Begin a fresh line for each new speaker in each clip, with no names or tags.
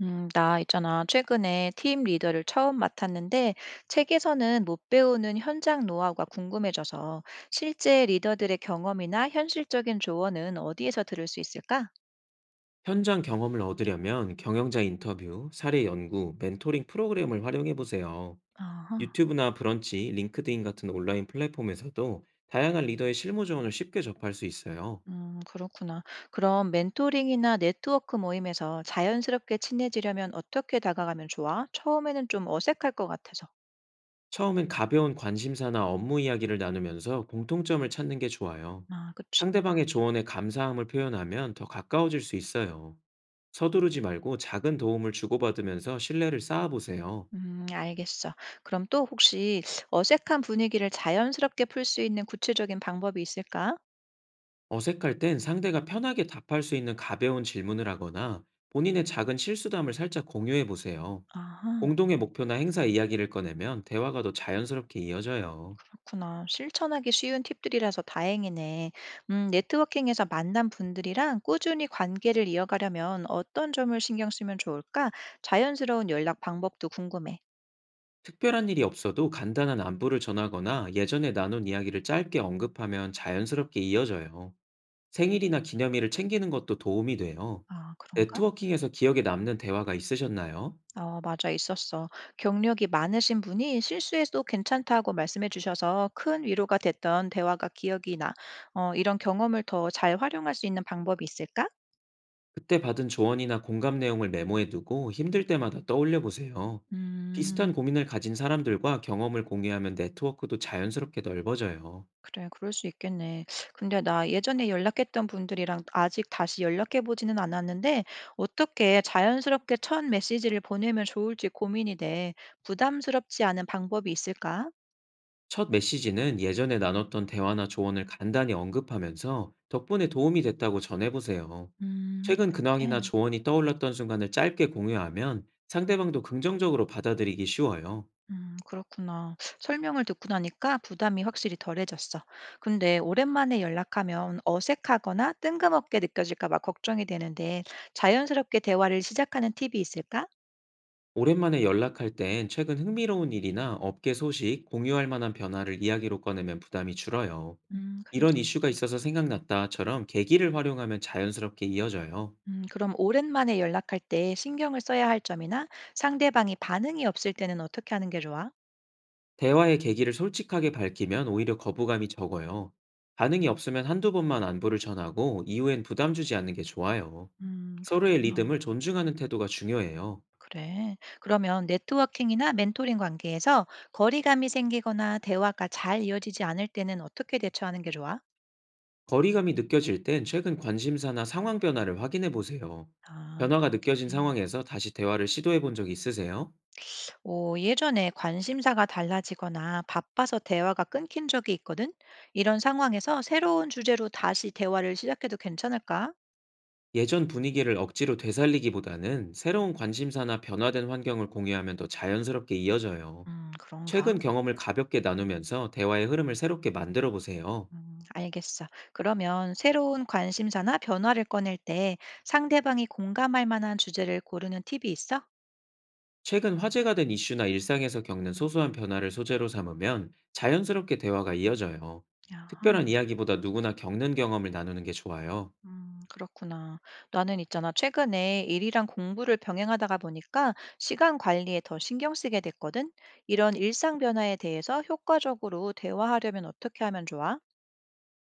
나 있잖아. 최근에 팀 리더를 처음 맡았는데 책에서는 못 배우는 현장 노하우가 궁금해져서 실제 리더들의 경험이나 현실적인 조언은 어디에서 들을 수 있을까?
현장 경험을 얻으려면 경영자 인터뷰, 사례 연구, 멘토링 프로그램을 활용해 보세요.
아하.
유튜브나 브런치, 링크드인 같은 온라인 플랫폼에서도 다양한 리더의 실무 조언을 쉽게 접할 수 있어요.
그렇구나. 그럼 멘토링이나 네트워크 모임에서 자연스럽게 친해지려면 어떻게 다가가면 좋아? 처음에는 좀 어색할 것 같아서.
처음엔 가벼운 관심사나 업무 이야기를 나누면서 공통점을 찾는 게 좋아요.
아, 그치.
상대방의 조언에 감사함을 표현하면 더 가까워질 수 있어요. 서두르지 말고 작은 도움을 주고받으면서 신뢰를 쌓아보세요.
알겠어. 그럼 또 혹시 어색한 분위기를 자연스럽게 풀 수 있는 구체적인 방법이 있을까?
어색할 땐 상대가 편하게 답할 수 있는 가벼운 질문을 하거나 본인의 작은 실수담을 살짝 공유해 보세요.
아하.
공동의 목표나 행사 이야기를 꺼내면 대화가 더 자연스럽게 이어져요.
그렇구나. 실천하기 쉬운 팁들이라서 다행이네. 네트워킹에서 만난 분들이랑 꾸준히 관계를 이어가려면 어떤 점을 신경 쓰면 좋을까? 자연스러운 연락 방법도 궁금해.
특별한 일이 없어도 간단한 안부를 전하거나 예전에 나눈 이야기를 짧게 언급하면 자연스럽게 이어져요. 생일이나 기념일을 챙기는 것도 도움이 돼요.
아, 그런가?
네트워킹에서 기억에 남는 대화가 있으셨나요?
어, 맞아, 있었어. 경력이 많으신 분이 실수해도 괜찮다고 말씀해 주셔서 큰 위로가 됐던 대화가 기억이 나. 어, 이런 경험을 더 잘 활용할 수 있는 방법이 있을까?
그때 받은 조언이나 공감 내용을 메모해 두고 힘들 때마다 떠올려 보세요. 비슷한
음.
고민을 가진 사람들과 경험을 공유하면 네트워크도 자연스럽게 넓어져요.
그래, 그럴 수 있겠네. 근데 나 예전에 연락했던 분들이랑 아직 다시 연락해 보지는 않았는데, 어떻게 자연스럽게 첫 메시지를 보내면 좋을지 고민이 돼. 부담스럽지 않은 방법이 있을까?
첫 메시지는 예전에 나눴던 대화나 조언을 간단히 언급하면서 덕분에 도움이 됐다고 전해보세요. 최근
그렇게.
근황이나 조언이 떠올랐던 순간을 짧게 공유하면 상대방도 긍정적으로 받아들이기 쉬워요.
그렇구나. 설명을 듣고 나니까 부담이 확실히 덜해졌어. 근데 오랜만에 연락하면 어색하거나 뜬금없게 느껴질까 봐 걱정이 되는데, 자연스럽게 대화를 시작하는 팁이 있을까?
오랜만에 연락할 땐 최근 흥미로운 일이나 업계 소식, 공유할 만한 변화를 이야기로 꺼내면 부담이 줄어요.
그럴
이런
수
이슈가
있지.
있어서 생각났다처럼 계기를 활용하면 자연스럽게 이어져요.
그럼 오랜만에 연락할 때 신경을 써야 할 점이나 상대방이 반응이 없을 때는 어떻게 하는 게 좋아?
대화의 계기를 솔직하게 밝히면 오히려 거부감이 적어요. 반응이 없으면 한두 번만 안부를 전하고 이후엔 부담 주지 않는 게 좋아요. 서로의
그렇구나.
리듬을 존중하는 태도가 중요해요.
그래. 그러면 네트워킹이나 멘토링 관계에서 거리감이 생기거나 대화가 잘 이어지지 않을 때는 어떻게 대처하는 게 좋아?
거리감이 느껴질 땐 최근 관심사나 상황 변화를 확인해 보세요.
아,
변화가 느껴진
그래.
상황에서 다시 대화를 시도해 본 적 있으세요?
오, 예전에 관심사가 달라지거나 바빠서 대화가 끊긴 적이 있거든? 이런 상황에서 새로운 주제로 다시 대화를 시작해도 괜찮을까?
예전 분위기를 억지로 되살리기보다는 새로운 관심사나 변화된 환경을 공유하면 더 자연스럽게 이어져요.
그런가?
최근 경험을 가볍게 나누면서 대화의 흐름을 새롭게 만들어 보세요.
알겠어. 그러면 새로운 관심사나 변화를 꺼낼 때 상대방이 공감할 만한 주제를 고르는 팁이 있어?
최근 화제가 된 이슈나 일상에서 겪는 소소한 변화를 소재로 삼으면 자연스럽게 대화가 이어져요.
아,
특별한 이야기보다 누구나 겪는 경험을 나누는 게 좋아요.
그렇구나. 나는 있잖아. 최근에 일이랑 공부를 병행하다가 보니까 시간 관리에 더 신경 쓰게 됐거든. 이런 일상 변화에 대해서 효과적으로 대화하려면 어떻게 하면 좋아?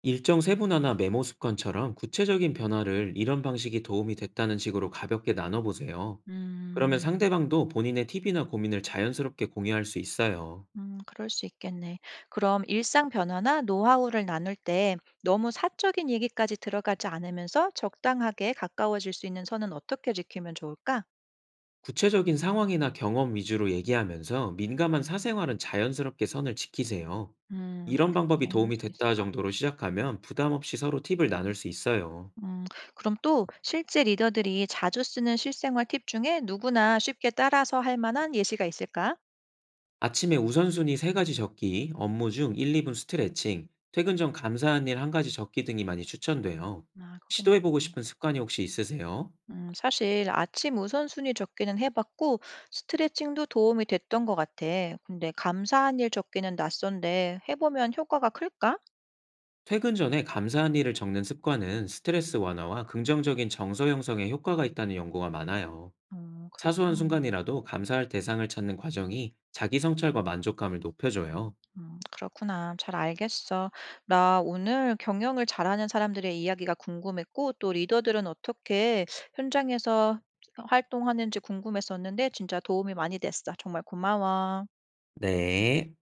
일정 세분화나 메모 습관처럼 구체적인 변화를 이런 방식이 도움이 됐다는 식으로 가볍게 나눠보세요. 그러면
음.
상대방도 본인의 팁이나 고민을 자연스럽게 공유할 수 있어요.
그럴 수 있겠네. 그럼 일상 변화나 노하우를 나눌 때 너무 사적인 얘기까지 들어가지 않으면서 적당하게 가까워질 수 있는 선은 어떻게 지키면 좋을까?
구체적인 상황이나 경험 위주로 얘기하면서 민감한 사생활은 자연스럽게 선을 지키세요.
음,
이런 방법이
그렇게 할
도움이
수
됐다
있을까?
정도로 시작하면 부담 없이 서로 팁을 나눌 수 있어요.
음, 그럼 또 실제 리더들이 자주 쓰는 실생활 팁 중에 누구나 쉽게 따라서 할 만한 예시가 있을까?
아침에 우선순위 3 가지 적기, 업무 중 1, 2분 스트레칭, 퇴근 전 감사한 일 한 가지 적기 등이 많이 추천돼요.
아, 그거
시도해 보고
괜찮네.
싶은 습관이 혹시 있으세요?
사실 아침 우선순위 적기는 해봤고 스트레칭도 도움이 됐던 것 같아. 근데 감사한 일 적기는 낯선데 해보면 효과가 클까?
퇴근 전에 감사한 일을 적는 습관은 스트레스 완화와 긍정적인 정서 형성에 효과가 있다는 연구가 많아요. 사소한
그렇구나.
순간이라도 감사할 대상을 찾는 과정이 자기 성찰과 만족감을 높여줘요.
그렇구나. 잘 알겠어. 나 오늘 경영을 잘하는 사람들의 이야기가 궁금했고 또 리더들은 어떻게 현장에서 활동하는지 궁금했었는데 진짜 도움이 많이 됐어. 정말 고마워.
네.